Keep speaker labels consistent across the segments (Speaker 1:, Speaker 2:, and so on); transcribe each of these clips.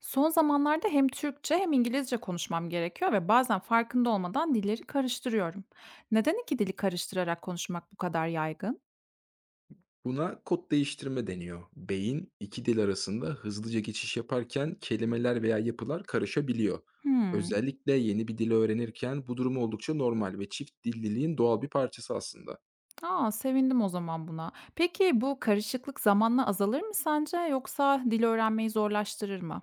Speaker 1: Son zamanlarda hem Türkçe hem İngilizce konuşmam gerekiyor ve bazen farkında olmadan dilleri karıştırıyorum. Neden iki dili karıştırarak konuşmak bu kadar yaygın?
Speaker 2: Buna kod değiştirme deniyor. Beyin iki dil arasında hızlıca geçiş yaparken kelimeler veya yapılar karışabiliyor.
Speaker 1: Hmm.
Speaker 2: Özellikle yeni bir dil öğrenirken bu durum oldukça normal ve çift dilliliğin doğal bir parçası aslında.
Speaker 1: Aa, sevindim o zaman buna. Peki bu karışıklık zamanla azalır mı sence yoksa dil öğrenmeyi zorlaştırır mı?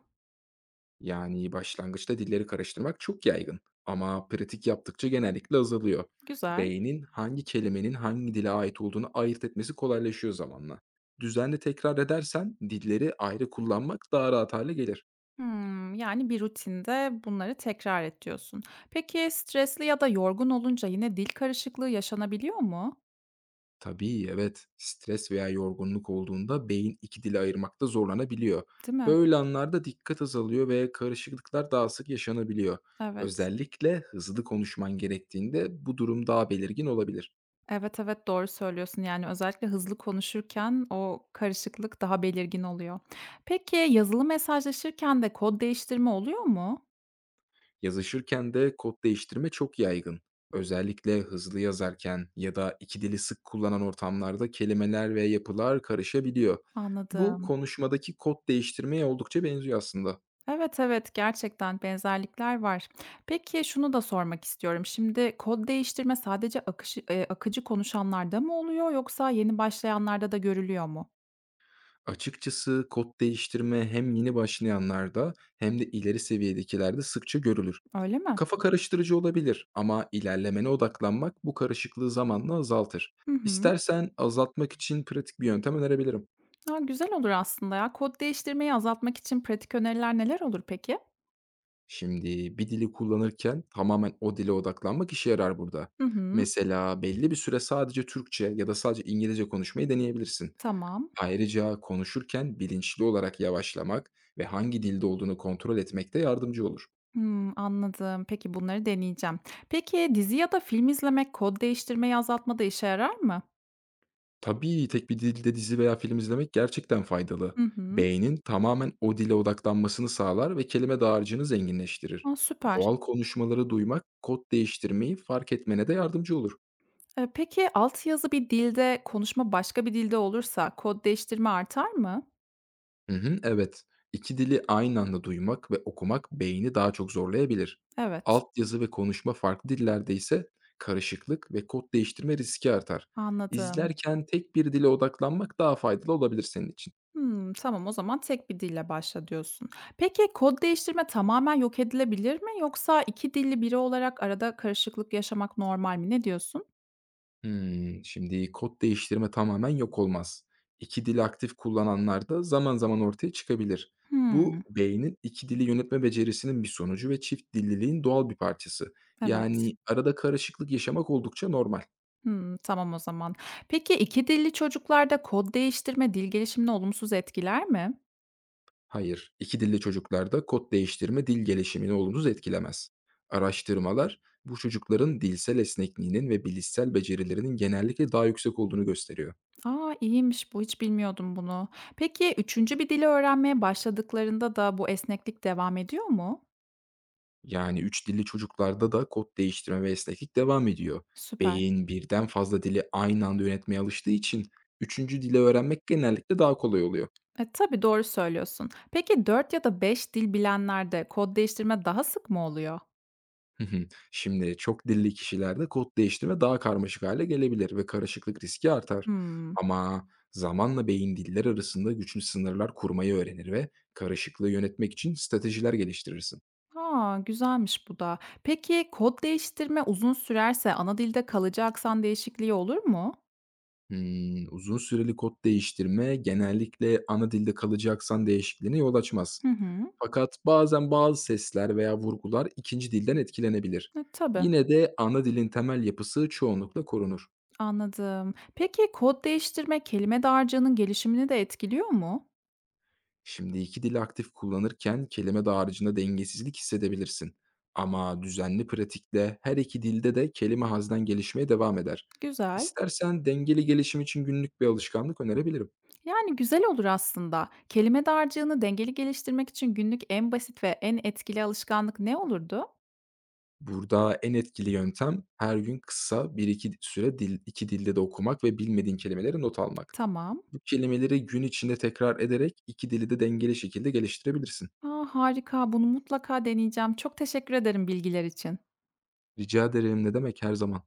Speaker 2: Yani başlangıçta dilleri karıştırmak çok yaygın ama pratik yaptıkça genellikle azalıyor.
Speaker 1: Güzel.
Speaker 2: Beynin hangi kelimenin hangi dile ait olduğunu ayırt etmesi kolaylaşıyor zamanla. Düzenli tekrar edersen dilleri ayrı kullanmak daha rahat hale gelir.
Speaker 1: Hmm, yani bir rutinde bunları tekrar et diyorsun. Peki stresli ya da yorgun olunca yine dil karışıklığı yaşanabiliyor mu?
Speaker 2: Tabii, evet. Stres veya yorgunluk olduğunda beyin iki dili ayırmakta zorlanabiliyor.
Speaker 1: Değil mi?
Speaker 2: Böyle anlarda dikkat azalıyor ve karışıklıklar daha sık yaşanabiliyor.
Speaker 1: Evet.
Speaker 2: Özellikle hızlı konuşman gerektiğinde bu durum daha belirgin olabilir.
Speaker 1: Evet, evet, doğru söylüyorsun. Yani, özellikle hızlı konuşurken o karışıklık daha belirgin oluyor. Peki, yazılı mesajlaşırken de kod değiştirme oluyor mu?
Speaker 2: Yazışırken de kod değiştirme çok yaygın. Özellikle hızlı yazarken ya da iki dili sık kullanan ortamlarda kelimeler ve yapılar karışabiliyor. Bu
Speaker 1: Anladım.
Speaker 2: konuşmadaki kod değiştirmeye oldukça benziyor aslında.
Speaker 1: Evet, evet, gerçekten benzerlikler var. Peki, şunu da sormak istiyorum. Şimdi kod değiştirme sadece akışı akıcı konuşanlarda mı oluyor yoksa yeni başlayanlarda da görülüyor mu?
Speaker 2: Açıkçası kod değiştirme hem yeni başlayanlarda hem de ileri seviyedekilerde sıkça görülür.
Speaker 1: Öyle mi?
Speaker 2: Kafa karıştırıcı olabilir ama ilerlemene odaklanmak bu karışıklığı zamanla azaltır.
Speaker 1: Hı hı.
Speaker 2: İstersen azaltmak için pratik bir yöntem önerebilirim.
Speaker 1: A, güzel olur aslında ya. Kod değiştirmeyi azaltmak için pratik öneriler neler olur peki?
Speaker 2: Şimdi bir dili kullanırken tamamen o dile odaklanmak işe yarar burada.
Speaker 1: Hı hı.
Speaker 2: Mesela belli bir süre sadece Türkçe ya da sadece İngilizce konuşmayı deneyebilirsin.
Speaker 1: Tamam.
Speaker 2: Ayrıca konuşurken bilinçli olarak yavaşlamak ve hangi dilde olduğunu kontrol etmek de yardımcı olur.
Speaker 1: Hımm, anladım. Peki, bunları deneyeceğim. Peki, dizi ya da film izlemek kod değiştirmeyi azaltmada işe yarar mı?
Speaker 2: Tabii, tek bir dilde dizi veya film izlemek gerçekten faydalı.
Speaker 1: Hı hı.
Speaker 2: Beynin tamamen o dile odaklanmasını sağlar ve kelime dağarcığını zenginleştirir.
Speaker 1: A, süper.
Speaker 2: Doğal konuşmaları duymak, kod değiştirmeyi fark etmene de yardımcı olur.
Speaker 1: Peki, altyazı bir dilde, konuşma başka bir dilde olursa kod değiştirme artar mı?
Speaker 2: Hı hı, evet. İki dili aynı anda duymak ve okumak beyni daha çok zorlayabilir.
Speaker 1: Evet,
Speaker 2: Altyazı ve konuşma farklı dillerde ise karışıklık ve kod değiştirme riski artar.
Speaker 1: anladım.
Speaker 2: İzlerken tek bir dile odaklanmak daha faydalı olabilir senin için.
Speaker 1: Hımm, tamam o zaman tek bir dille başla diyorsun. Peki, kod değiştirme tamamen yok edilebilir mi yoksa 2 dilli biri olarak arada karışıklık yaşamak normal mi? Ne diyorsun?
Speaker 2: Hımm. Şimdi kod değiştirme tamamen yok olmaz. 2 dil aktif kullananlarda zaman zaman ortaya çıkabilir. Bu
Speaker 1: Hımm,
Speaker 2: beynin 2 dili yönetme becerisinin bir sonucu ve çift dilliliğin doğal bir parçası.
Speaker 1: evet.
Speaker 2: Yani arada karışıklık yaşamak oldukça normal.
Speaker 1: Hımm, tamam o zaman. Peki, 2 dilli çocuklarda kod değiştirme dil gelişimini olumsuz etkiler mi?
Speaker 2: Hayır, 2 dilli çocuklarda kod değiştirme dil gelişimini olumsuz etkilemez. Araştırmalar bu çocukların dilsel esnekliğinin ve bilişsel becerilerinin genellikle daha yüksek olduğunu gösteriyor.
Speaker 1: Aa, iyiymiş bu, hiç bilmiyordum bunu. Peki, üçüncü bir dili öğrenmeye başladıklarında da bu esneklik devam ediyor mu?
Speaker 2: Yani 3 dilli çocuklarda da kod değiştirme ve esneklik devam ediyor.
Speaker 1: Süper.
Speaker 2: Beyin birden fazla dili aynı anda yönetmeye alıştığı için üçüncü dili öğrenmek genellikle daha kolay oluyor.
Speaker 1: E, tabii doğru söylüyorsun. Peki, 4 ya da 5 dil bilenlerde kod değiştirme daha sık mı oluyor?
Speaker 2: Hı hı. Şimdi çok dilli kişilerde kod değiştirme daha karmaşık hale gelebilir ve karışıklık riski artar.
Speaker 1: Hımm.
Speaker 2: Ama zamanla beyin diller arasında güçlü sınırlar kurmayı öğrenir ve karışıklığı yönetmek için stratejiler geliştirirsin.
Speaker 1: Aa, güzelmiş bu da. Peki, kod değiştirme uzun sürerse ana dilde kalıcı aksan değişikliği olur mu?
Speaker 2: Hmm, uzun süreli kod değiştirme genellikle ana dilde kalacaksan değişikliğine yol açmaz.
Speaker 1: Hı hı.
Speaker 2: Fakat bazen bazı sesler veya vurgular ikinci dilden etkilenebilir.
Speaker 1: E, tabii.
Speaker 2: Yine de ana dilin temel yapısı çoğunlukla korunur.
Speaker 1: Anladım. Peki kod değiştirme kelime dağarcığının gelişimini de etkiliyor mu?
Speaker 2: Şimdi iki dili aktif kullanırken kelime dağarcığında dengesizlik hissedebilirsin. Ama düzenli pratikle her iki dilde de kelime hazdan gelişmeye devam eder.
Speaker 1: Güzel.
Speaker 2: İstersen dengeli gelişim için günlük bir alışkanlık önerebilirim.
Speaker 1: Yani güzel olur aslında. Kelime dağarcığını dengeli geliştirmek için günlük en basit ve en etkili alışkanlık ne olurdu?
Speaker 2: Burada en etkili yöntem her gün kısa bir iki süre dil, iki dilde de okumak ve bilmediğin kelimeleri not almak.
Speaker 1: Tamam.
Speaker 2: Bu kelimeleri gün içinde tekrar ederek 2 dili de dengeli şekilde geliştirebilirsin.
Speaker 1: Aa, harika. Bunu mutlaka deneyeceğim. Çok teşekkür ederim bilgiler için.
Speaker 2: Rica ederim ne demek her zaman.